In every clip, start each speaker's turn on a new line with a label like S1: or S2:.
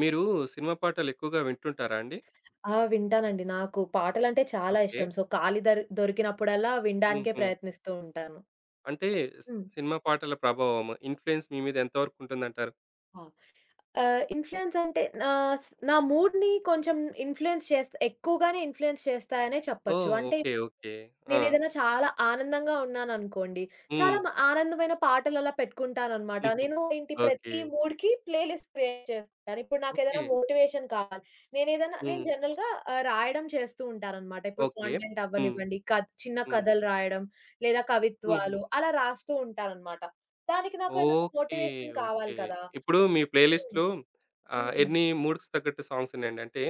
S1: మీరు సినిమా పాటలెక్కువగా వింటుంటారా అండి?
S2: ఆ! వింటానండి. నాకు పాటలంటే చాలా
S1: ఓకే.
S2: ఇష్టం. సో, ఖాళీ దొరికినప్పుడల్లా వినడానికే
S1: హుహు.
S2: ప్రయత్నిస్తూ ఉంటాను.
S1: అంటే సి
S2: హ్మ్.
S1: సినిమా పాటల ప్రభావం, ఇన్‌ఫ్లూయెన్స్ మీ మీద ఎంత వరకు ఉంటుందంటారు?
S2: ఆ! ఇన్‌ఫ్లూయెన్స్ అంటే నా మూడ్‌ని కొంచెం ఇన్‌ఫ్లూయెన్స్ చేస్తా ఎక్కువగానే ఇన్‌ఫ్లూయెన్స్ చేస్తాయనే చెప్పొచ్చు.
S1: ఓహ్!
S2: అంటే
S1: ఓకే. ఓకే. ఆ!
S2: నేనేదైనా చాలా ఆనందంగా ఉన్నాననుకోండి, చాలా
S1: హ్మ్.
S2: ఆనందమైన పాటలలా పెట్టుకుంటాననమాట. నేను ఏంటి
S1: ఓకే.
S2: ప్రతి మూడ్‌కి ప్లే లిస్ట్ క్రియేట్ చేస్తాను. ఇప్పుడు నాకేదైనా
S1: ఓకే.
S2: మోటివేషన్ కావాలి, నేను
S1: హ్మ్.
S2: జనరల్‌గా రాయడం చేస్తూ ఉంటాననమాట. ఇప్పుడు
S1: ఓకే.
S2: కాంటెంట్
S1: హ్మ్.
S2: అవ్వనివ్వండి, చిన్న
S1: హ్మ్.
S2: కథలు రాయడం, లేదా
S1: హుహు.
S2: కవిత్వాలు అలా రాస్తూ ఉంటాననమాట. దానికి నాకు ఏదైనా
S1: ఓకే.
S2: మోటివేషన్ కావాలి
S1: ఓకే.
S2: కదా!
S1: ఇప్పుడు మీ ప్లే
S2: హ్మ్.
S1: లిస్ట్‌లో
S2: హ్మ్.
S1: ఎన్ని మూడ్‌కి తగ్గట్టు సాంగ్స్ ఉన్నాయండి? అంటే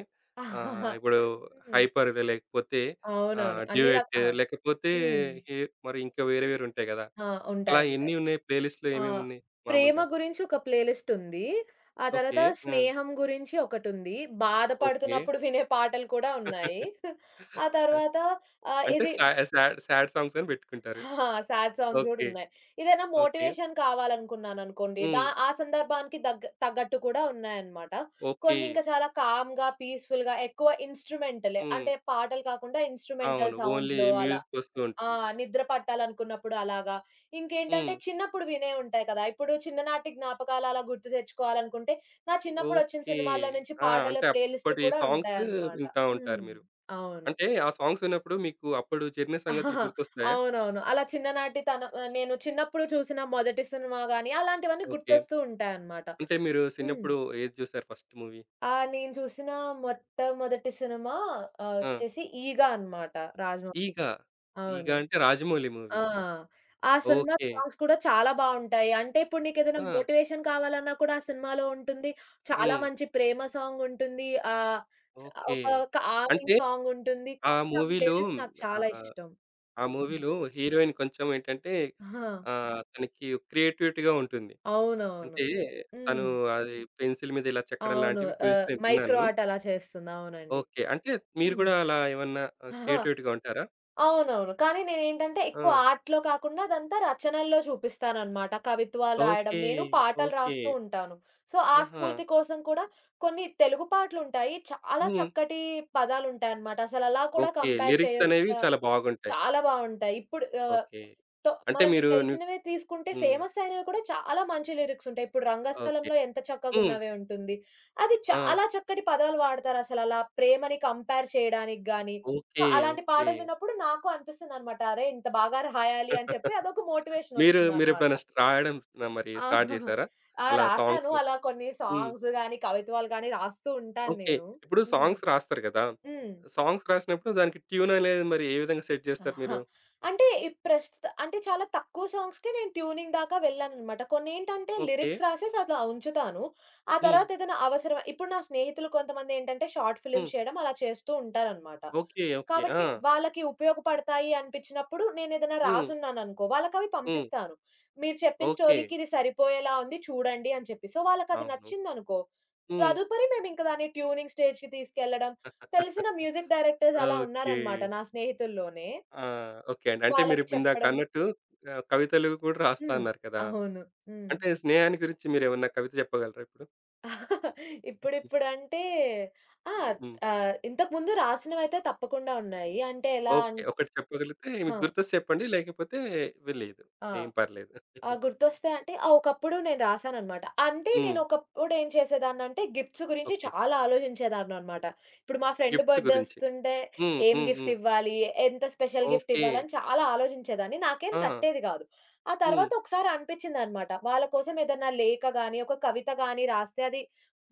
S2: హ్మ్.
S1: ఇప్పుడు 'హైపర్' లేకపోతే
S2: అవునవును. అన్ని
S1: 'డ్యూయెట్'
S2: రకా ఆ!
S1: లేకపోతే
S2: హ్మ్.
S1: హి మరి ఇంకా వేరే వేరే ఉంటాయి గదా!
S2: ఆ!
S1: అలా
S2: ఉంటాయి. ఉంటాయి.
S1: ఎన్ని ఉన్నాయి? ప్లే లిస్ట్‌లో
S2: ఆ!
S1: ఏమేమున్నాయి
S2: 'ప్రేమ'
S1: మామూలుగా?
S2: గురించి ఒక ప్లే లిస్ట్ ఉంది. ఆ
S1: ఓకే.
S2: తర్వాత
S1: ఆ!
S2: 'స్నేహం' గురించి ఒకటుంది.
S1: ఓకే.
S2: బాధపడుతున్నప్పుడు వినే పాటలు కూడా ఉన్నాయి. ఆ తర్వాత ఆహ్,
S1: అంటే
S2: ఇది
S1: సాడ్ సాడ్ సాంగ్స్ అని పెట్టుకుంటారు.
S2: ఆ! సాడ్ సాంగ్స్ గూడా
S1: ఓకే.
S2: ఉన్నాయి. ఏదైనా
S1: ఓకే.
S2: మోటివేషన్ కావాలనుకున్నాననుకోండి,
S1: హ్మ్.
S2: ఆ సందర్భానికి తగ్గట్టు కూడా ఉన్నాయన్నమాట.
S1: ఓకే.
S2: కొన్ని ఇంకా చాలా కామ్‌గా, పీస్‌ఫుల్‌గా ఎక్కువ ఇన్‌స్ట్రుమెంటలే.
S1: హ్మ్.
S2: అంటే పాటలు కాకుండా ఇన్‌స్ట్రుమెంటల్
S1: అవును. ఓన్లీ
S2: సౌండ్స్‌లో అలా.
S1: మ్యూజిక్ వస్తూ
S2: ఆ!
S1: ఉంటుంది.
S2: నిద్ర పట్టాలనుకున్నప్పుడు అలాగా.
S1: హ్మ్.
S2: ఇంకేంటంటే చిన్నప్పుడు వినే ఉంటాయి కదా! ఇప్పుడు చిన్ననాటి జ్ఞాపకాలు అలా గుర్తు తెచ్చుకోవాలనుకుంటే, నా చిన్నప్పుడొచ్చిన
S1: ఓకే.
S2: సినిమాల్లో నుంచి
S1: ఆ!
S2: పాటలు,
S1: అంటే
S2: ప్లే లిస్ట్‌లు
S1: అప్పటి
S2: కూడా
S1: సాంగ్స్
S2: ఉంటాయన్నమాట.
S1: వింటా ఉంటారు
S2: హ్మ్.
S1: మీరు.
S2: అవును.
S1: అంటే ఆ సాంగ్స్ విన్నప్పుడు మీకు అప్పుడు జరిగిన సంగతులు
S2: ఆహాహా!
S1: గుర్తొస్తాయా?
S2: అవునవును. అలా చిన్ననాటి తన ఆహ్, నేను చిన్నప్పుడు చూసిన మొదటి సినిమా గాని, అలాంటివన్నీ
S1: ఓకే.
S2: గుర్తొస్తూ ఉంటాయన్నమాట.
S1: అంటే మీరు
S2: హ్మ్.
S1: చిన్నప్పుడు ఏది చూసారు ఫస్ట్ మూవీ?
S2: ఆ! నేను చూసిన మొట్టమొదటి సినిమా
S1: ఆ!
S2: వచ్చేసి 'ఈగ' అన్నమాట. రాజమౌళి
S1: 'ఈగ.' 'ఈగ'
S2: అవును.
S1: అంటే రాజమౌళి
S2: ఆ!
S1: మూవీ.
S2: ఆ సినిమా
S1: ఓకే.
S2: సాంగ్స్ కూడా చాలా బావుంటాయి. అంటే ఇప్పుడు నీకేదైనా
S1: ఆ!
S2: మోటివేషన్ కావాలన్నా కూడా ఆ సినిమాలో ఉంటుంది. చాలా
S1: హ్మ్.
S2: మంచి ప్రేమ సాంగ్ ఉంటుంది. ఆహ్, స్
S1: ఓకే.
S2: ఒక కామింగ్
S1: అంటే
S2: సాంగ్ ఉంటుంది.
S1: ఆ
S2: కాబట్టి ఆ
S1: మూవీలో
S2: ప్లేలిస్ట్ నాకు చాలా
S1: ఆహ్,
S2: ఇష్టం.
S1: ఆ మూవీలో హీరోయిన్ కొంచెం ఏంటంటే
S2: ఆ!
S1: తనకి క్రియేటివిటీగా ఉంటుంది.
S2: అవునవును.
S1: అంటే తను
S2: హ్మ్.
S1: అది పెన్సిల్ మీద ఇలా చెక్కడం
S2: అవును.
S1: లాంటివి గురించి నేను
S2: మైక్రో
S1: విన్నాను.
S2: ఆర్ట్ అలా చేస్తుంది. అవునండి.
S1: ఓకే. అంటే మీరు గూడా అలా ఏమన్నా
S2: హ్మ్.
S1: క్రియేటివిటీగా ఉంటారా?
S2: అవునవును. కానీ నేనేంటంటే
S1: ఆ!
S2: ఎక్కువ ఆర్ట్‌లో కాకుండా అదంతా రచనల్లో చూపిస్తాననమాట. కవిత్వాలు రాయడం.
S1: ఓకే.
S2: నేను పాటలు
S1: ఓకే.
S2: రాస్తూ ఉంటాను. సో, ఆ
S1: ఆహా!
S2: స్ఫూర్తి కోసం కూడా కొన్ని తెలుగు పాటలుంటాయి. చాలా
S1: హ్మ్.
S2: చక్కటి పదాలుంటాయనమాట. అసలలా కూడా
S1: ఓకే.
S2: కంపేర్
S1: లిరిక్స్ అనేవి
S2: చేయొచ్చా?
S1: చాలా బాగుంటాయి.
S2: చాలా బావుంటాయి. ఇప్పుడు ఆహ్,
S1: ఓకే.
S2: తో
S1: అంటే
S2: మనకి
S1: మీరు ను
S2: తెలిసినవే తీసుకుంటే
S1: హ్మ్.
S2: ఫేమస్ అయినవి కూడా చాలా మంచి లిరిక్స్ ఉంటాయి. ఇప్పుడు
S1: ఓకే.
S2: 'రంగస్థలంలో ఎంత
S1: హ్మ్.
S2: చక్కగున్నావే' ఉంటుంది. అది
S1: ఆ!
S2: చాలా చక్కటి పదాలు వాడతారసలు అలా ప్రేమని కంపేర్ చేయడానికి గాని. So,
S1: okay.
S2: అలాంటి
S1: ఓకే.
S2: పాటలు విన్నప్పుడు నాకు అనిపిస్తుందనమాట. అరే! ఇంత బాగా రాయాలి అని చెప్పి అదొక మోటివేషన్
S1: మీరు
S2: వస్తుందనమాట.
S1: మీరెప్పుడైనా రాయడం న మరి
S2: ఆ!
S1: స్టార్ట్ చేశారా?
S2: ఆ!
S1: అలా
S2: రాసాను
S1: సాంగ్స్?
S2: అలా కొన్ని
S1: హ్మ్.
S2: సాంగ్స్ గాని, కవిత్వాలు గాని రాస్తూ ఉంటాను
S1: ఓకే.
S2: నేను.
S1: ఇప్పుడు
S2: హ్మ్.
S1: సాంగ్స్ రాస్తారు కదా!
S2: హ్మ్.
S1: సాంగ్స్ రాసినప్పుడు దానికి ట్యూన్ అనేది మరి ఏ విధంగా సెట్ చేస్తారు
S2: ఆహా!
S1: మీరు?
S2: అంటే ఈ ప్రస్తుత అంటే చాలా తక్కువ సాంగ్స్‌కే నేను ట్యూనింగ్ దాకా వెళ్ళాననమాట. కొన్నేంటంటే
S1: ఓకే.
S2: లిరిక్స్ రాసేసి అలా ఉంచుతాను. ఆ
S1: హ్మ్.
S2: తర్వాత ఏదైనా అవసరం ఇప్పుడు నా స్నేహితులు కొంతమందేంటంటే షార్ట్ ఫిల్మ్స్
S1: హ్మ్.
S2: చేయడం అలా చేస్తూ ఉంటారనమాట.
S1: ఓకే. ఓకే.
S2: కాబట్టి
S1: ఆ!
S2: వాళ్ళకి ఉపయోగపడతాయి అనిపించినప్పుడు నేనేదైనా
S1: హ్మ్.
S2: రాసున్నాననుకో వాళ్ళకవి
S1: హ్మ్.
S2: పంపిస్తాను. మీరు చెప్పిన
S1: ఓకే.
S2: స్టోరీకి ఇది సరిపోయేలా ఉంది చూడండి అని చెప్పి. సో, వాళ్ళకది
S1: అవును.
S2: నచ్చిందనుకో
S1: హ్మ్.
S2: తదుపరి మేమింక దాన్ని ట్యూనింగ్ స్టేజ్‌కి తీసుకెళ్లడం. తెలిసిన మ్యూజిక్ డైరెక్టర్స్ అలా
S1: ఓకే.
S2: ఉన్నారనమాట నా స్నేహితుల్లోనే.
S1: ఆ! ఓకే అండి. అంటే మీరు
S2: వాళ్ళకి
S1: ఇందాక
S2: చెప్పడం.
S1: అన్నట్టు కవితలు కూడా రాస్తా
S2: హ్మ్.
S1: అన్నారు కదా!
S2: అవును. హ్మ్.
S1: అంటే స్నేహానికి గురించి మీరేమన్నా కవిత చెప్పగలరా ఇప్పుడు?
S2: ఇప్పుడిప్పుడంటే ఆ!
S1: హ్మ్.
S2: ఇంతకుముందు రాసినవైతే తప్పకుండా ఉన్నాయి. అంటే ఎలా అన్
S1: ఓకే. ఒకటి చెప్పగలిగితే
S2: ఆ!
S1: మీకు గుర్తొస్తే చెప్పండి. లేకపోతే లేదు.
S2: ఆ!
S1: ఏం పర్లేదు.
S2: ఆ! గుర్తొస్తాయి అంటే ఆ! ఒకప్పుడు నేను రాసాననమాట. అంటే నేను
S1: హ్మ్.
S2: ఒకప్పుడు ఏం చేసేదాన్నంటే గిఫ్ట్స్ గురించి
S1: ఓకే.
S2: చాలా ఆలోచించేదాన్ననమాట. ఇప్పుడు మా ఫ్రెండ్
S1: గిఫ్ట్స్
S2: బర్త్‌డే
S1: గురించి.
S2: వస్తుంటే
S1: హ్మ్.
S2: ఏం
S1: హ్మ్.
S2: గిఫ్ట్
S1: హ్మ్.
S2: ఇవ్వాలి? ఎంత స్పెషల్ గిఫ్ట్
S1: ఓకే.
S2: ఇవ్వాలి? అని చాలా ఆలోచించేదాన్ని. నాకేం
S1: ఆ!
S2: తట్టేది కాదు. ఆ
S1: హ్మ్.
S2: తర్వాత ఒకసారి అనిపించిందనమాట. వాళ్ళ కోసం ఏదన్నా లేఖ గాని, ఒక కవిత గాని రాస్తే అది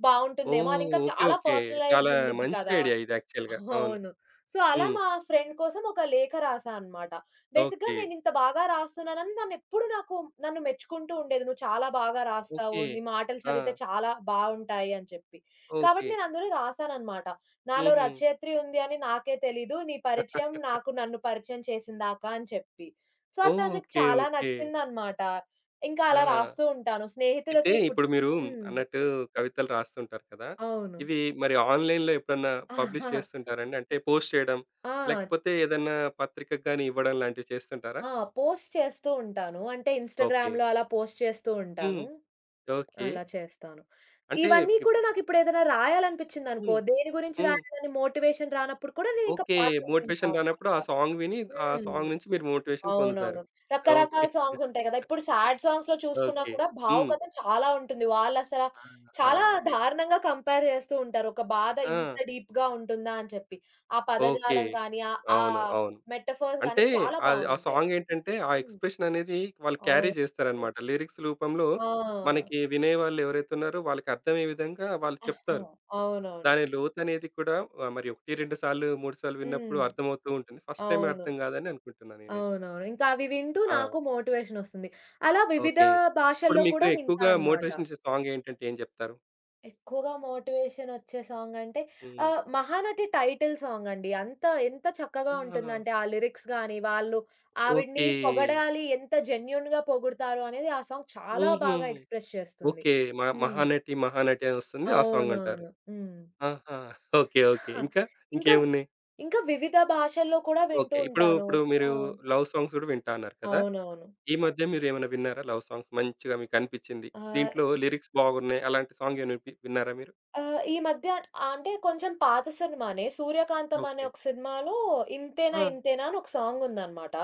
S2: బావుంటుందేమో!
S1: ఓహ్!
S2: అది ఇంకా
S1: ఓకే.
S2: చాలా
S1: ఓకే.
S2: పర్సనలైజ్డ్
S1: చాలా
S2: ఉండిద్ది
S1: మంచి
S2: కదా!
S1: ఐడియా ఇది యాక్చువల్‌గా. అవును.
S2: అవును. సో, అలా
S1: హ్మ్.
S2: మా ఫ్రెండ్ కోసం ఒక లేఖ రాసా అనమాట. బేసిక్‌గా
S1: ఓకే.
S2: నేనింత బాగా రాస్తున్నానని నన్నెప్పుడు నాకు నన్ను మెచ్చుకుంటూ ఉండేది. "నువ్వు చాలా బాగా రాస్తావు.
S1: ఓకే.
S2: నీ మాటలు
S1: ఆ!
S2: చదివితే చాలా బావుంటాయి" అని చెప్పి. కాబట్టి
S1: ఓకే.
S2: నేను అందులో రాసాననమాట. "నాలో
S1: హుహు.
S2: రచయిత్రి ఉంది అని నాకే తెలీదు. నీ
S1: ఓహ్!
S2: పరిచయం నాకు నన్ను పరిచయం చేసిందాక" అని చెప్పి. సో, అది తనకి
S1: ఓకే.
S2: చాలా
S1: ఓకే.
S2: నచ్చిందనమాట. ఇంకా
S1: ఆ!
S2: అలా రాస్తూ ఉంటాను.
S1: అయితే
S2: స్నేహితులకి పుట్
S1: ఇప్పుడు మీరు
S2: హ్మ్.
S1: అన్నట్టు కవితలు రాస్తుంటారు కదా!
S2: అవును.
S1: ఇవి మరి ఆన్‌లైన్‌లో ఎప్పుడన్నా పబ్లిష్
S2: ఆహా.
S1: చేస్తుంటారండి? అంటే పోస్ట్ చేయడం,
S2: ఆ!
S1: లేకపోతే ఏదన్నా పత్రికకు గాని ఇవ్వడం లాంటివి చేస్తుంటారా?
S2: ఆ! పోస్ట్ చేస్తూ ఉంటాను. అంటే
S1: ఓకే.
S2: ఇన్‌స్టాగ్రామ్‌లో అలా పోస్ట్ చేస్తూ
S1: హ్మ్.
S2: ఉంటాను.
S1: ఓకే.
S2: అలా చేస్తాను.
S1: అంటే
S2: ఇవన్నీ కూడా
S1: ఇప్పుడు
S2: నాకిప్పుడేదైనా రాయాలనిపిచ్చిందనుకో,
S1: హ్మ్.
S2: దేని గురించి
S1: హ్మ్.
S2: రాయాలని మోటివేషన్ రానప్పుడు కూడా నేనింకా
S1: ఓకే.
S2: పాటలు వింటా
S1: మోటివేషన్ రానప్పుడు
S2: అనమాట.
S1: ఆ సాంగ్ విని, ఆ
S2: హ్మ్.
S1: సాంగ్ నుంచి మీరు మోటివేషన్ పొందుతారు.
S2: అవునవును. రకరకాల
S1: ఓకే.
S2: సాంగ్స్ ఉంటాయి గదా! ఇప్పుడు సాడ్ సాంగ్స్‌లో చూసుకున్నా
S1: ఓకే.
S2: కూడా
S1: హ్మ్.
S2: భావుకత చాలా ఉంటుంది. చాలా
S1: ఆహా!
S2: దారుణంగా కంపేర్ చేస్తూ ఉంటారు. ఒక బాధ ఇంత
S1: ఆ!
S2: డీప్‌గా ఉంటుందా అని చెప్పి. ఆ
S1: ఓకే.
S2: పదజాలం కానీ, ఆ ఆ
S1: అవును. అవును.
S2: మెటఫర్స్ గానీ
S1: అంటే
S2: చాలా
S1: ఆ
S2: బావుంటాయి.
S1: సాంగ్ ఏంటంటే, ఆ
S2: హ్మ్.
S1: ఎక్స్‌ప్రెషన్ అనేది వాళ్ళు క్యారీ
S2: అవునవును.
S1: చేస్తారనమాట. లిరిక్స్ రూపంలో
S2: ఆ!
S1: మనకి వినేవాళ్ళు ఎవరైతే ఉన్నారో వాళ్ళకి అర్థమయ్యే విధంగా వాళ్ళు
S2: ఆహా,
S1: చెప్తారు.
S2: అవునవును.
S1: దాని లోతనేది కూడా మరి 1, 2 సార్లు, 3 సార్లు విన్నప్పుడు
S2: హ్మ్.
S1: అర్థమవుతూ ఉంటుంది. ఫస్ట్ టైమ్
S2: అవును.
S1: అర్థం కాదని అనుకుంటున్నా నేనైతే.
S2: అవునవును. ఇంకా అవి వింటూ
S1: ఆ!
S2: నాకు మోటివేషన్ ఒస్తుంది. అలా వివిధ
S1: ఓకే. ఇప్పుడు
S2: భాషల్లో
S1: మీకు
S2: కూడా వింటా
S1: ఎక్కువగా
S2: అన్నమాట.
S1: మోటివేషన్ ఇచ్చే సాంగ్ ఏంటంటే ఏం చెప్తారు?
S2: ఎక్కువగా మోటివేషనొచ్చే సాంగంటే
S1: హ్మ్.
S2: 'మహానటి' టైటిల్ సాంగండి. ఎంత చక్కగా
S1: ఆ!
S2: ఉంటుందంటే, ఆ లిరిక్స్ గాని, వాళ్ళు ఆవిడని
S1: ఓకే.
S2: పొగడాలి, ఎంత జెన్యూన్‌గా పొగుడుతారు అనేది ఆ సాంగ్ చాలా
S1: హుహు.
S2: బాగా ఎక్స్‌ప్రెస్ చేస్తుంది.
S1: ఓకే.
S2: హ్మ్.
S1: 'మహానటి మహానటి' అని వస్తుంది. ఆ సాంగ్ అంటారు.
S2: అవునవును. హ్మ్.
S1: ఆహా! ఓకే. ఓకే. ఇంకా?
S2: ఇంకా,
S1: ఇంకేమున్నాయి?
S2: ఇంకా వివిధ భాషల్లో కూడా వింటూ
S1: ఓకే. ఇప్పుడు,
S2: ఉంటాను.
S1: ఇప్పుడు మీరు
S2: ఆ!
S1: లవ్ సాంగ్స్ గూడా వింటా అన్నారు కదా!
S2: అవునవును.
S1: ఈ మధ్య మీరేమైనా విన్నారా లవ్ సాంగ్స్ మంచిగా మీకనిపిచ్చింది?
S2: ఆహ్
S1: దీంట్లో లిరిక్స్ బాగున్నాయి. అలాంటి సాంగ్ ఏమైనా విన్నారా మీరు?
S2: ఆహ్, ఈ మధ్య ఆ- అంటే కొంచెం పాత సినిమానే 'సూర్యకాంతం' అనే
S1: ఓకే.
S2: ఒక సినిమాలో 'ఇంతేనా
S1: ఆ!
S2: ఇంతేనా' అని ఒక సాంగ్ ఉందనమాట.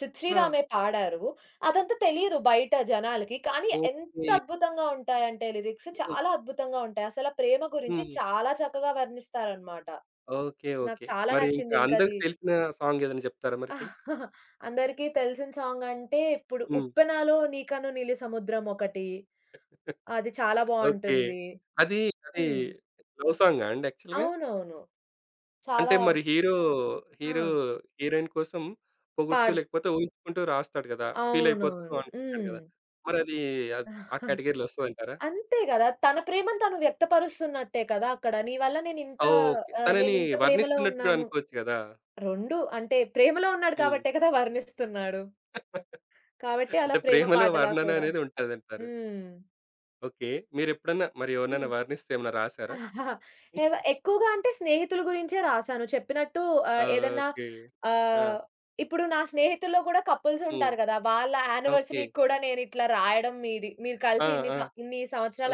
S2: సిద్
S1: ఆ!
S2: శ్రీరామే పాడారు. అదంతా తెలీదు బయట జనాలకి. కానీ ఎంత
S1: ఓకే.
S2: అద్భుతంగా ఉంటాయంటే లిరిక్స్
S1: హ్మ్.
S2: చాలా అద్భుతంగా ఉంటాయి. అసల ప్రేమ గురించి
S1: హ్మ్.
S2: చాలా చక్కగా వర్ణిస్తారనమాట.
S1: ఓకే.
S2: నాకు
S1: ఓకే.
S2: చాలా
S1: మరి
S2: నచ్చింది
S1: ఇంకా అందరికి
S2: ఇంకది.
S1: తెలిసిన సాంగ్ ఏదైనా జెప్తారా మరిప్పుడు?
S2: అందరికీ తెలిసిన సాంగ్ అంటే ఇప్పుడు
S1: హ్మ్.
S2: 'ఉప్పెనలో నీకన్ను నీలి సముద్రం' ఒకటి. అది చాలా
S1: ఓకే.
S2: బావుంటుంది.
S1: అది అది
S2: హ్మ్.
S1: లవ్ సాంగా అండి యాక్చువల్‌గా?
S2: అవునవును.
S1: అంటే
S2: చాలా
S1: మరి హీరో,
S2: ఆ!
S1: హీరో హీరోయిన్ కోసం పొగుడుతూ
S2: పాడు
S1: లేకపోతే ఊహించుకుంటూ రాస్తాడు గదా! ఫీల్ అయిపోతూ
S2: అవునవును.
S1: అనుకుంటాడు
S2: హ్మ్.
S1: గదా! మరది అద్ ఆ కేటగరీ‌లో వస్తదంటారా?
S2: అంతే గదా! తన ప్రేమను తను వ్యక్తపరుస్తున్నట్టే కదా! అక్కడ. నీ వల్ల నేనింత
S1: ఓకే.
S2: ఆహ్,
S1: తనని
S2: నేనింత ప్రేమలో
S1: వర్ణిస్తున్నట్టు గూడా
S2: ఉన్నాను.
S1: అనుకోవచ్చు గదా!
S2: 2 అంటే ప్రేమలో ఉన్నాడు
S1: హ్మ్.
S2: కాబట్టే కదా! వర్ణిస్తున్నాడు. కాబట్టి అలా
S1: అంటే
S2: ప్రేమ
S1: ప్రేమలో
S2: పాటలా
S1: వర్ణన
S2: కూడా.
S1: అనేది ఉంటదంటారు.
S2: హ్మ్.
S1: ఓకే. మీరెప్పుడన్నా మరి ఎవరినైనా వర్ణిస్తే ఏమన్నా రాసారా?
S2: ఎక్కువగా అంటే స్నేహితుల గురించే రాసాను. చెప్పినట్టు
S1: ఆ!
S2: ఆహ్, ఏదన్నా
S1: ఓకే. ఆ!
S2: ఆహ్, ఇప్పుడు నా స్నేహితుల్లో కూడా కపుల్స్
S1: హ్మ్.
S2: ఉంటారు గదా! వాళ్ళ
S1: ఓకే.
S2: యానివర్సరీకి కూడా నేనిట్లా రాయడం మీది మీరు
S1: ఆ!
S2: కలిసి
S1: ఆ!
S2: ఇన్ని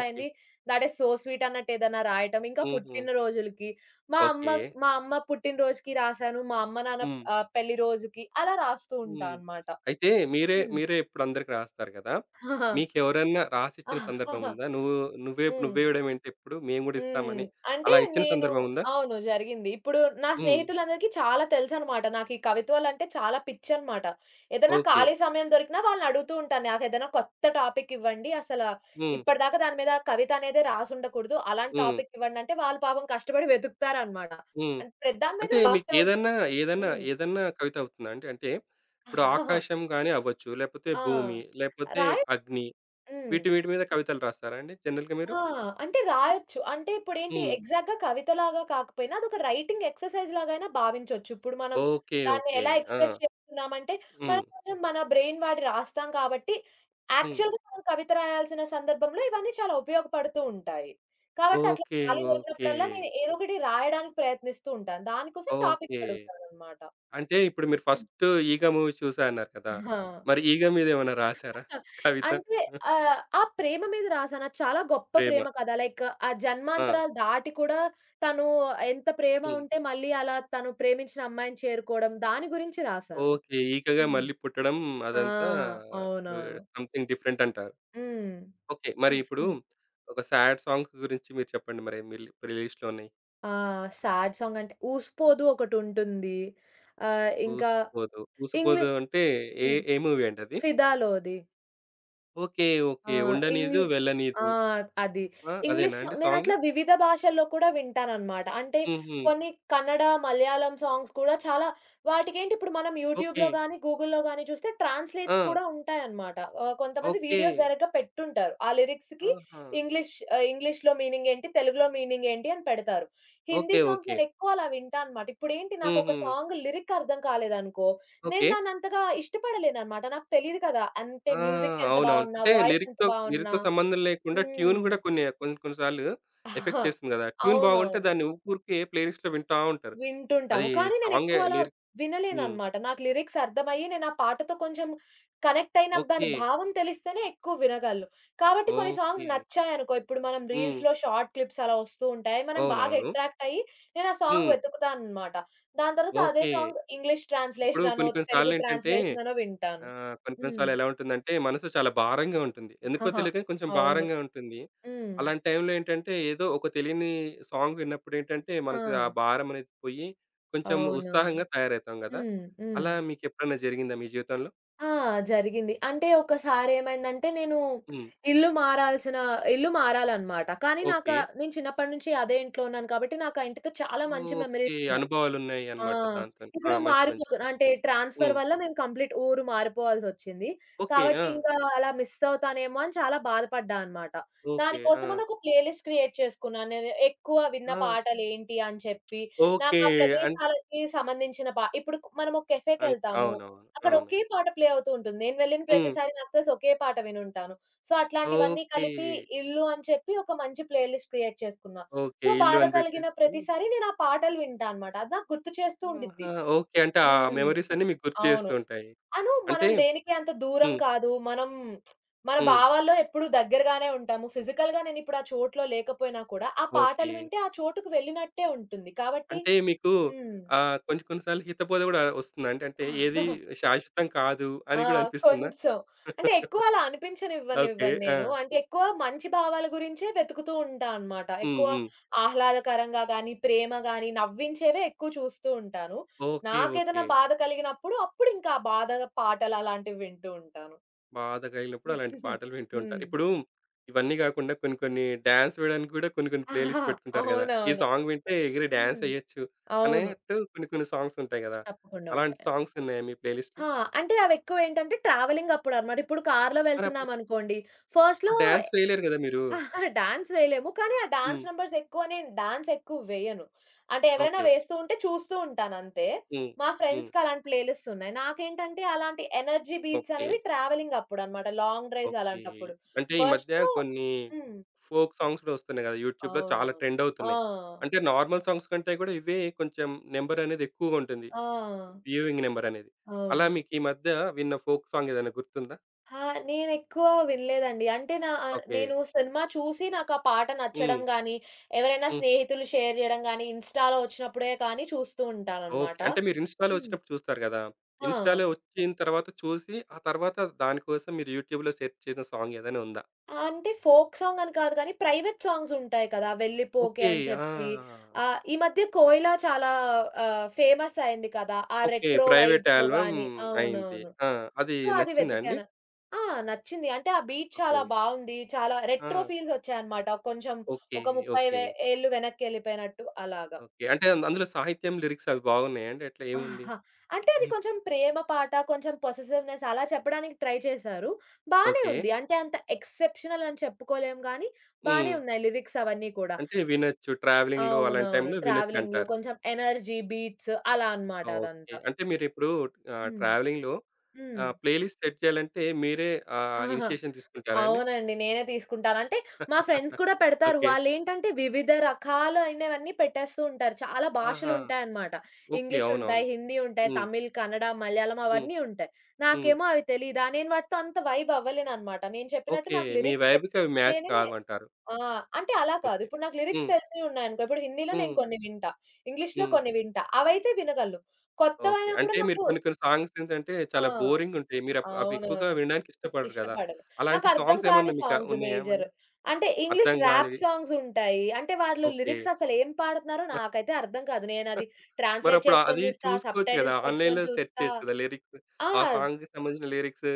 S1: okay.
S2: That is so sweet అన్నట్టు ఏదైనా రాయటం. ఇంకా
S1: హుహు.
S2: పుట్టినరోజులకి,
S1: ఓకే.
S2: మా అమ్మ పుట్టినరోజుకి రాసాను. మా అమ్మ, నాన్న
S1: హ్మ్.
S2: పెళ్లి రోజుకి అలా రాస్తూ ఉంటా
S1: హ్మ్.
S2: అన్నమాట.
S1: అయితే మీరే,
S2: హ్మ్.
S1: మీరే ఇప్పుడు అందరికి రాస్తారు కదా! మీకెవరన్నా రాసిచ్చిన సందర్భం ఉందా? నువ్వే
S2: హ్మ్.
S1: నువ్వే ఇవ్వడమేంటి ఎప్పుడు మేము గూడా
S2: హ్మ్.
S1: ఇస్తామని
S2: అంటే
S1: అలా ఇచ్చిన
S2: నేను
S1: సందర్భం ఉందా?
S2: అవును. జరిగింది. ఇప్పుడు నా
S1: హ్మ్.
S2: స్నేహితులందరికీ చాలా తెలుసనమాట. నాకీ కవిత్వాలంటే చాలా పిచ్చనమాట. ఏదన్నా
S1: ఓకే.
S2: ఖాళీ సమయం దొరికినా వాళ్ళనడుగుతూ ఉంటాను. నాకేదైనా కొత్త టాపిక్ ఇవ్వండి.
S1: హ్మ్.
S2: ఇప్పటిదాకా దాని మీద కవిత అనేదే రాసుండకూడదు. అలాంటి
S1: హ్మ్.
S2: టాపిక్ ఇవ్వండంటే వాళ్ళు పాపం కష్టపడి వెతుకుతారనమాట.
S1: హ్మ్.
S2: అంటే ప్రతి దాని మీద
S1: అంటే
S2: రాసే ఉం
S1: మీకేదన్నా, ఏదన్నా, ఏదన్నా
S2: హ్మ్.
S1: ఏదన్నా కవిత అవుతుందా అండి? అంటే ఇప్పుడు ఆకాశం గాని అవ్వచ్చు, లేకపోతే
S2: ఆ!
S1: భూమి, లేకపోతే
S2: రాయ
S1: అగ్ని
S2: హ్మ్.
S1: వీటి వీటి మీద కవితలు రాస్తారా అండి జనరల్‌గా మీరు?
S2: ఆ! అంటే రాయొచ్చు. అంటే ఇప్పుడేంటి
S1: హ్మ్.
S2: ఎగ్జాక్ట్‌గా కవితలాగా కాకపోయినా అదొక రైటింగ్ ఎక్సర్‌సైజ్ లాగైనా భావించొచ్చు. ఇప్పుడు మనం
S1: ఓకే.
S2: దాన్ని
S1: ఓకే.
S2: ఎలా
S1: ఆ!
S2: ఎక్స్‌ప్రెస్ చేస్తున్నామంటే,
S1: హ్మ్.
S2: మనం కొంచెం మన బ్రెయిన్ వాడి రాస్తాం కాబట్టి,
S1: హ్మ్.
S2: యాక్చువల్‌గా మనం కవిత రాయాల్సిన సందర్భంలో ఇవన్నీ చాలా ఉపయోగపడుతూ ఉంటాయి. కాబట్టి అట్లా
S1: ఓకే.
S2: ఖాళీ
S1: ఓకే.
S2: దొరికినప్పుడల్లా నేను ఏదో ఒకటి రాయడానికి ప్రయత్నిస్తూ ఉంటాను. దానికోసం
S1: ఓకే.
S2: టాపిక్ అడుగుతాననమాట.
S1: అంటే ఇప్పుడు మీరు
S2: హ్మ్.
S1: ఫస్ట్ 'ఈగ' మూవీ చూసా అన్నారు కదా!
S2: ఆ!
S1: మరి 'ఈగ' మీద ఏమైనా రాసారా? కవిత?
S2: అంటే ఆ ప్రేమ మీద రాసాను. అది చాలా గొప్ప
S1: ప్రేమ.
S2: ప్రేమ కథ. లైక్ ఆ
S1: ఆ!
S2: జన్మాంతరాలు దాటి కూడా తను ఎంత ప్రేమ
S1: హ్మ్.
S2: ఉంటే మళ్ళీ అలా తను ప్రేమించిన అమ్మాయిని చేరుకోవడం. దాని గురించి రాసాను.
S1: ఓకే. ఈకగా
S2: హ్మ్.
S1: మళ్ళీ పుట్టడం
S2: ఆ!
S1: అదంతా వే
S2: అవునవును.
S1: సంథింగ్ డిఫరెంట్ అంటారు.
S2: హ్మ్.
S1: ఓకే. మరి ఇప్పుడు ఒక సాడ్ సాంగ్ గురించి మీరు చెప్పండి మరి మీ ప్లేలిస్ట్‌లో ఉన్నాయి.
S2: ఆ! సాడ్ సాంగ్ అంటే 'ఊసిపోదు' ఒకటుంటుంది. ఆహ్, ఇంకా
S1: 'ఊసుపోదు.'
S2: ఇంగ్లీ
S1: 'ఊసుపోదు' అంటే ఏ
S2: హ్మ్.
S1: ఏ మూవీ అండి అది?
S2: 'ఫిదాలో'ది.
S1: ఓకే.
S2: ఆ!
S1: ఓకే.
S2: ఇంగ్లీ
S1: ఉండనీదు
S2: ఆ!
S1: వెళ్ళనీదు.
S2: అది.
S1: ఆ!
S2: ఇంగ్లీష్
S1: అదేనా
S2: సా
S1: అండి సాంగ్?
S2: నేనట్లా వివిధ భాషల్లో కూడా వింటాననమాట. అంటే
S1: హుహు.
S2: కొన్ని కన్నడ, మలయాళం సాంగ్స్ కూడా చాలా వాటికేంటి ఇప్పుడు మనం
S1: ఓకే.
S2: యూట్యూబ్‌లో గానీ, గూగుల్‌లో గానీ చూస్తే ట్రాన్స్లేట్స్
S1: ఆ!
S2: కూడా ఉంటాయనమాట. కొంతమంది
S1: ఓకే.
S2: వీడియోస్ డైరెక్ట్‌గా పెట్టుంటారు. ఆ లిరిక్స్‌కి
S1: ఆహా!
S2: ఇంగ్లీష్ ఇంగ్లీష్‌లో మీనింగేంటి, తెలుగులో మీనింగేంటి అని పెడతారు. హిందీ
S1: ఓకే.
S2: Songs
S1: okay.
S2: నేనెక్కువ అలా వింటా అనమాట. ఇప్పుడేంటి నాకొక
S1: హుహు.
S2: సాంగ్ లిరిక్ అర్థం కాలేదనుకో నేను
S1: ఓకే.
S2: దాన్నంతగా ఇష్టపడలేదనమాట. నాకు తెలీదు కదా! అంటే
S1: ఆ!
S2: మ్యూజిక్ ఎంత
S1: అవునవును.
S2: బావున్నా,
S1: అంటే
S2: వాయిస్ ఎంత
S1: లిరిక్‌తో
S2: బావున్నా
S1: లిరిక్‌తో సంబంధం లేకుండా ట్యూన్
S2: హ్మ్.
S1: గూడా కొన్ని కొన్ని కొన్ని సార్లు
S2: ఆహా!
S1: ఎఫెక్ట్ చేస్తుంది గదా! ట్యూన్ బాగుంటే
S2: అవునవును.
S1: దాన్ని ఊకూరికే ప్లేలిస్ట్‌లో వింటా ఉంటారు.
S2: వింటుంటాము.
S1: అది
S2: కానీ
S1: సాంగే
S2: నేనెక్కువ అలా
S1: లిరిక్ హ్మ్.
S2: వినలేననమాట. నాకు లిరిక్స్ అర్థమయ్యి నేను ఆ పాటతో కొంచెం కనెక్ట్ అయ్యి నాకు దాని
S1: ఓకే.
S2: భావం తెలిస్తేనే ఎక్కువ వినగలను. కాబట్టి కొన్ని సాంగ్స్
S1: ఓకే.
S2: నచ్చాయనుకో, ఇప్పుడు మనం
S1: హ్మ్.
S2: రీల్స్‌లో షార్ట్ క్లిప్స్ అలా వస్తూ ఉంటాయి. మనం బాగా
S1: అవునవును.
S2: అట్రాక్ట్ అయ్యి నేను ఆ సాంగ్
S1: హ్మ్.
S2: వెతుకుతాననమాట. దాని తర్వాత అదే
S1: ఓకే.
S2: సాంగ్ ఇంగ్లీష్
S1: ఇప్పుడు
S2: ట్రాన్స్‌లేషన్ అనో,
S1: కొన్ని కొన్ని
S2: తెలుగు
S1: సార్లేంటంటే
S2: ట్రాన్స్‌లేషన్ అనో వింటాను.
S1: ఆ! కొన్ని కొన్ని
S2: హ్మ్.
S1: సార్లు ఎలా ఉంటుందంటే, మనసు చాలా భారంగా ఉంటుంది. ఎందుకో
S2: ఆహా!
S1: తెలియదు కానీ కొంచెం
S2: అవును.
S1: భారంగా ఉంటుంది.
S2: హ్మ్.
S1: అలాంటి టైంలో ఏంటంటే, ఏదో ఒక తెలియని సాంగ్ విన్నప్పుడేంటంటే,
S2: ఆ!
S1: మనకు ఆ భారం అనేది పోయి, కొంచెం
S2: అవునవును.
S1: ఉత్సాహంగా తయారవుతాం గదా!
S2: హ్మ్. హ్మ్.
S1: అలా మీకెప్పుడైనా జరిగిందా మీ జీవితంలో?
S2: ఆ! జరిగింది. అంటే ఒకసారేమైందంటే నేను
S1: హ్మ్.
S2: ఇల్లు మారాల్సిన ఇల్లు మారాలనమాట. కానీ
S1: ఓకే.
S2: నేను చిన్నప్పటి నుంచి అదే ఇంట్లో ఉన్నాను కాబట్టి నాకు ఆ ఇంటితో చాలా మంచి మెమరీస్
S1: ఓకే.
S2: ఉన్నాయి.
S1: అనుభవాలున్నాయి
S2: ఆ!
S1: అన్నమాట దాంతోని.
S2: ఇప్పుడు
S1: ఆ! మంచి
S2: మారిపోతు
S1: మంచిది.
S2: అంటే ట్రాన్స్‌ఫర్
S1: హ్మ్.
S2: వల్ల మేము కంప్లీట్ ఊరు మారిపోవాల్సొచ్చింది.
S1: ఓకే.
S2: కాబట్టి
S1: ఆ!
S2: ఇంకా అలా మిస్ అవుతానేమో అని చాలా బాధపడ్డా అనమాట.
S1: ఓకే. ఆ!
S2: దానికోసమని ఒక ప్లే లిస్ట్ క్రియేట్ చేసుకున్నాను. నేను ఎక్కువ విన్న
S1: ఆ!
S2: పాటలేంటి అని చెప్పి, నాకు
S1: ఓకే.
S2: ఆ
S1: అన్
S2: ప్రదేశాలకి సంబంధించిన ఇప్పుడు మనం ఒక
S1: అన్
S2: కేఫేకెళ్తాము.
S1: అవునవును.
S2: అక్కడ
S1: అవును.
S2: ఒకే పాట ప్లే అవుతూ ఉంటుంది. నేను వెళ్ళిన
S1: హ్మ్.
S2: ప్రతిసారి నాకు తెలిసి ఒకే పాట వినుంటాను. సో, అట్లాంటివన్నీ
S1: ఓకే.
S2: కలిపి ఇల్లు అని చెప్పి ఒక మంచి ప్లే లిస్ట్ క్రియేట్ చేసుకున్నా.
S1: ఓకే.
S2: సో,
S1: ఇల్లు
S2: బాధ
S1: అని
S2: కలిగిన
S1: పెట్టేసుకొని
S2: ప్రతిసారి నేనా పాటలు వింటా అనమాట. అది నాకు గుర్తు చేస్తూ ఉండిద్ది.
S1: ఆహా! ఓకే. అంటే ఆ
S2: హ్మ్.
S1: మెమోరీస్ అన్నీ మీకు గుర్తు
S2: అవును.
S1: చేస్తూ ఉంటాయి. అంటే
S2: మనం దేనికి అంత దూరం
S1: హ్మ్.
S2: కాదు. మనం మన
S1: హ్మ్.
S2: భావాల్లో ఎప్పుడూ దగ్గరగానే ఉంటాము. ఫిజికల్‌గా నేనిప్పుడు ఆ చోట్లో లేకపోయినా కూడా, ఆ పాటలు
S1: ఓకే.
S2: వింటే ఆ చోటుకి వెళ్ళినట్టే ఉంటుంది. కాబట్టి
S1: అంటే మీకు
S2: హ్మ్.
S1: కొంచెం కొన్ని సార్లు హితబోధ గూడా వస్తుందా? అంటే అంటే ఏది శాశ్వతం కాదు
S2: ఆ!
S1: అని గూడా అనిపిస్తుందా?
S2: కొంచెం. అంటే ఎక్కువ అలా
S1: ఓకే.
S2: అనిపించనివ్వనివ్వను
S1: ఆ!
S2: నేను. అంటే ఎక్కువ మంచి భావాల గురించే వెతుకుతూ ఉంటా అన్నమాట.
S1: హ్మ్.
S2: ఎక్కువ
S1: హ్మ్.
S2: ఆహ్లాదకరంగా గాని, ప్రేమ గాని, నవ్వించేవే ఎక్కువ చూస్తూ ఉంటాను.
S1: ఓకే.
S2: నాకేదైనా
S1: ఓకే.
S2: బాధ కలిగినప్పుడు అప్పుడింకా ఆ బాధ పాటలు అలాంటివి వింటూ ఉంటాను.
S1: బాధ కలిగినప్పుడు అలాంటి పాటలు వింటూ ఉంటారు.
S2: హ్మ్.
S1: ఇప్పుడు ఇవన్నీ గాకుండా కొన్ని కొన్ని డాన్స్ వేయడానికి గూడా కొన్ని కొన్ని ప్లే
S2: ఆహా!
S1: లిస్ట్ పెట్టుకుంటారు గదా! ఈ
S2: అవునవును.
S1: సాంగ్ వింటే ఎగిరి డాన్స్
S2: హ్మ్.
S1: ఎయొచ్చు
S2: అవును.
S1: అన్నట్టు కొన్ని కొన్ని సాంగ్స్ ఉంటాయి గదా!
S2: తప్పకుండా
S1: అలాంటి
S2: ఉంటాయి.
S1: సాంగ్స్ ఉన్నాయా మీ ప్లే లిస్ట్‌లో?
S2: ఆ! అంటే అవెక్కువేంటంటే ట్రావెలింగ్ అప్పుడన్నమాట. ఇప్పుడు కార్‌లో
S1: మరప్పుడు
S2: వెళ్తున్నామనుకోండి, ఫస్ట్‌లో
S1: ఇప్పుడు డాన్స్ వేయలేరు గదా మీరు.
S2: అహా! డాన్స్ వేయలేము. కానీ ఆ డాన్స్
S1: హ్మ్.
S2: నంబర్స్ ఎక్కువ నేను డాన్స్ ఎక్కువ వేయను. అంటే ఎవరైనా
S1: ఓకే.
S2: వేస్తూ ఉంటే చూస్తూ ఉంటానంతే.
S1: హ్మ్.
S2: మా
S1: హ్మ్.
S2: ఫ్రెండ్స్‌కి అలాంటి ప్లే లిస్ట్స్ ఉన్నాయి. నాకేంటంటే అలాంటి ఎనర్జీ బీట్స్
S1: ఓకే.
S2: అనేవి ట్రావెలింగ్ అప్పుడన్నమాట. Long drives
S1: okay.
S2: అలాంటప్పుడు.
S1: అంటే ఈ మధ్య
S2: ఫస్టు
S1: కొన్ని
S2: హ్మ్.
S1: ఫోక్ సాంగ్స్ గూడా వస్తున్నాయి గదా! యూట్యూబ్‌లో చాలా
S2: అవునవును.
S1: ట్రెండ్
S2: ఆ!
S1: అవుతున్నాయి. అంటే నార్మల్ సాంగ్స్ కంటే గూడా ఇవే కొంచెం నంబర్ అనేది ఎక్కువగా ఉంటుంది.
S2: ఆ!
S1: వ్యూయింగ్ నంబర్ అనేది. అలా
S2: అవును.
S1: మీకు ఈ మధ్య విన్న ఫోక్ సాంగ్ ఏదైనా గుర్తుందా?
S2: ఆ! నేనెక్కువ వినలేదండి. అంటే
S1: ఓకే.
S2: నేను సినిమా చూసి నాకా పాట
S1: హ్మ్.
S2: నచ్చడం గానీ, ఎవరైనా
S1: హ్మ్.
S2: స్నేహితులు షేర్ జేయడం గానీ, ఇన్‌స్టాలో వచ్చినప్పుడే కానీ చూస్తూ
S1: ఓకే.
S2: ఉంటానన్నమాట.
S1: అంటే మీరు ఇన్‌స్టాలో
S2: హ్మ్.
S1: వచ్చినప్పుడు చూస్తారు గదా!
S2: ఆ!
S1: ఇన్‌స్టాలో వచ్చిన తర్వాత చూసి, ఆ తర్వాత దాని కోసం మీరు యూట్యూబ్‌లో సెర్చ్ చేసిన సాంగ్ ఏదైనా ఉందా?
S2: అంటే ఫోక్ సాంగ్ అని కాదు గానీ, ప్రైవేట్ సాంగ్స్ ఉంటాయి కదా! 'వెళ్లిపోకే'
S1: ఓకే.
S2: అని
S1: ఆ!
S2: చెప్పి. ఈ మధ్య కోయిలా చాలా ఫేమస్ అయింది కదా! ఆ
S1: ఓకే.
S2: రెట్రో
S1: ప్రైవేట్
S2: వైబ్‌తో
S1: ఆల్బమ్
S2: గాని
S1: అయింది.
S2: అవునవును.
S1: ఆ! అది
S2: సో, అది
S1: నచ్చిందా అండి?
S2: వెతికాను. ఆ! నచ్చింది. అంటే ఆ బీట్
S1: ఓకే.
S2: చాలా బావుంది. చాలా రెట్రో
S1: ఆ!
S2: ఫీల్స్ వచ్చాయన్నమాట. కొంచెం
S1: ఓకే.
S2: ఒక 30
S1: ఓకే.
S2: వే ఏళ్ళు వెనక్కి ఎళ్ళిపోయినట్టు అలాగా.
S1: ఓకే. అంటే అందులో సాహిత్యం, లిరిక్స్ అవి బాగున్నాయండి? ఎట్లా ఏముంది?
S2: ఆహా! అంటే అది
S1: హ్మ్.
S2: కొంచెం ప్రేమ పాట, కొంచెం పొసెసివ్‌నెస్ అలా చెప్పడానికి ట్రై చేశారు. బానే
S1: ఓకే.
S2: ఉంది. అంటే అంత ఎక్సెప్షనల్ అని చెప్పుకోలేం గానీ, బానే
S1: హ్మ్.
S2: ఉన్నాయి లిరిక్స్ అవన్నీ కూడా.
S1: అంటే వినొచ్చు. ట్రావెలింగ్‌లో అలాంటి
S2: అవునవును.
S1: టైంలో
S2: ట్రావెలింగ్‌లో
S1: వినొచ్చంటారు.
S2: కొంచెం ఎనర్జీ, బీట్స్ అలా అన్నమాట
S1: ఓకే.
S2: అదంతా.
S1: అంటే మీరిప్పుడు
S2: హ్మ్.
S1: ట్రావెలింగ్‌లో ప్లేలిస్ట్ సెట్ చేయాలంటే మీరే
S2: హ్మ్.
S1: ఇనిషియేషన్ తీసుకుంటారా అండి?
S2: అవునండి. నేనే తీసుకుంటాను. అంటే మా ఫ్రెండ్స్ కూడా పెడతారు.
S1: ఓకే.
S2: వాళ్ళేంటంటే వివిధ రకాలైనవన్నీ పెట్టేస్తూ ఉంటారు. చాలా
S1: ఆహా!
S2: భాషలుంటాయన్నమాట.
S1: ఓకే.
S2: ఇంగ్లీష్ ఉంటాయి,
S1: అవునవును.
S2: హిందీ ఉంటాయి,
S1: హ్మ్.
S2: తమిళ్, కన్నడ, మలయాళం
S1: హ్మ్.
S2: అవన్నీ ఉంటాయి.
S1: హ్మ్.
S2: నాకేమో అవి తెలీదా? నేను వాటితో అంత వైబ్ అవ్వలేనన్నమాట. నేను చెప్పినట్టు
S1: ఓకే.
S2: నాకు
S1: మీ
S2: లిరిక్స్
S1: వైబ్‌కి అవి మ్యాచ్
S2: తెలిస్తేనే
S1: కావంటారు.
S2: ఆ! అంటే అలా కాదు.
S1: ఓకే.
S2: ఇప్పుడు నాకు లిరిక్స్
S1: హ్మ్.
S2: తెలిసినవి ఉన్నాయనుకో, ఇప్పుడు హిందీలో నేను
S1: హ్మ్.
S2: కొన్ని వింటా. ఇంగ్లీష్‌లో
S1: హ్మ్.
S2: కొన్ని వింటా. అవైతే వినగలను.
S1: ఓకే.
S2: కొత్తవైనా కూడా
S1: అంటే మీరు
S2: నాకు
S1: కొన్ని కొన్ని సాంగ్స్ ఏంటంటే
S2: ఆ!
S1: చాలా బోరింగుంటాయి. మీరు అవి ఎక్కువగా
S2: అవునవును.
S1: వినడానికి ఇష్టపడరు గదా!
S2: ఇష్టపడను.
S1: అలాంటి
S2: నాకర్థం
S1: సాంగ్స్
S2: కాని
S1: ఏమన్నా మీకా
S2: సాంగ్స్
S1: ఉన్నాయా
S2: మేజర్.
S1: ఏమన్నా?
S2: అంటే ఇంగ్లీష్
S1: అర్థం
S2: ర్యాప్
S1: గానివి.
S2: సాంగ్స్ ఉంటాయి. అంటే వాళ్ళు
S1: ఓకే.
S2: లిరిక్స్ అసలేం పాడుతున్నారో నాకైతే అర్థం కాదు. నేనది ట్రాన్స్‌లేట్
S1: మరప్పుడు
S2: చేసుకొని
S1: అది
S2: చూస్తా,
S1: చూసుకోవచ్చు గదా!
S2: సబ్‌టైటిల్స్ పెట్టుకొని
S1: ఆన్‌లైన్‌లో సెర్చ్
S2: చూస్తా.
S1: చేయొచ్చు కదా! లిరిక్స్.
S2: ఆ!
S1: ఆ సాంగ్‌కి సంబంధించిన లిరిక్స్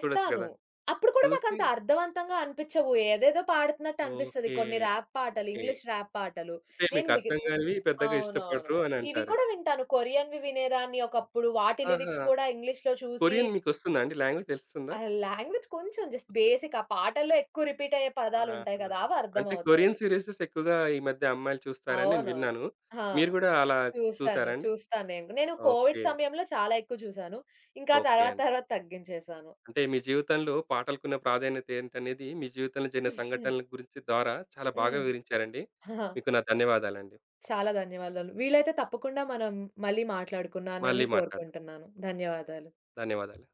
S1: చూడొచ్చు గదా!
S2: అప్పుడు కూడా
S1: చూసి
S2: నాకంత అర్థవంతంగా అనిపిచ్చవు. ఏదేదో పాడుతున్నట్టు అనిపిస్తది.
S1: ఓకే.
S2: కొన్ని ర్యాప్ పాటలు,
S1: ఓకే.
S2: ఇంగ్లీష్ ర్యాప్ పాటలు.
S1: అంటే
S2: నేను
S1: మీకు
S2: మిగి
S1: అర్థం గానివి పెద్దగా
S2: అవునవును.
S1: ఇష్టపడరు అని
S2: ఇవి
S1: అంటారు.
S2: కూడా వింటాను. కొరియన్‌వి వినేదాన్ని ఒకప్పుడు. వాటి లిరిక్స్
S1: ఆహా!
S2: కూడా ఇంగ్లీష్‌లో చూసి
S1: కొరియన్ మీకొస్తుందా అండి? లాంగ్వేజ్ తెలుస్తుందా?
S2: ఆ! లాంగ్వేజ్ కొంచెం జస్ట్ బేసిక్ ఆ పాటల్లో ఎక్కువ రిపీట్ అయ్యే
S1: ఆహా!
S2: పదాలుంటాయి కదా! అవి
S1: అంటే
S2: అర్థమవుతాయి.
S1: కొరియన్ సీరీసెస్ ఎక్కువగా ఈ మధ్య అమ్మాయిలు చూస్తారని నేను
S2: అవునవును.
S1: విన్నాను.
S2: ఆ!
S1: మీరు గూడా అలా
S2: చూసాను.
S1: చూసారా అండి?
S2: చూస్తాను నేను. నేను కోవిడ్
S1: ఓకే.
S2: సమయంలో చాలా ఎక్కువ చూసాను. ఇంకా
S1: ఓకే
S2: తర్వాత
S1: అండి.
S2: తర్వాత తగ్గించేసాను.
S1: అంటే మీ జీవితంలో పాటలకున్న ప్రాధాన్యత ఏంటనేది మీ జీవితంలో జరిగిన సంఘటనల గురించి ద్వారా చాలా బాగా
S2: హ్మ్.
S1: వివరించారండి.
S2: ఆ!
S1: మీకు నా ధన్యవాదాలండి.
S2: చాలా ధన్యవాదాలు. వీలైతే తప్పకుండా మనం మళ్ళీ మాట్లాడుకున్నానని
S1: మళ్ళీ మాట్లాడదాం.
S2: కోరుకుంటున్నాను. ధన్యవాదాలు.
S1: ధన్యవాదాలు.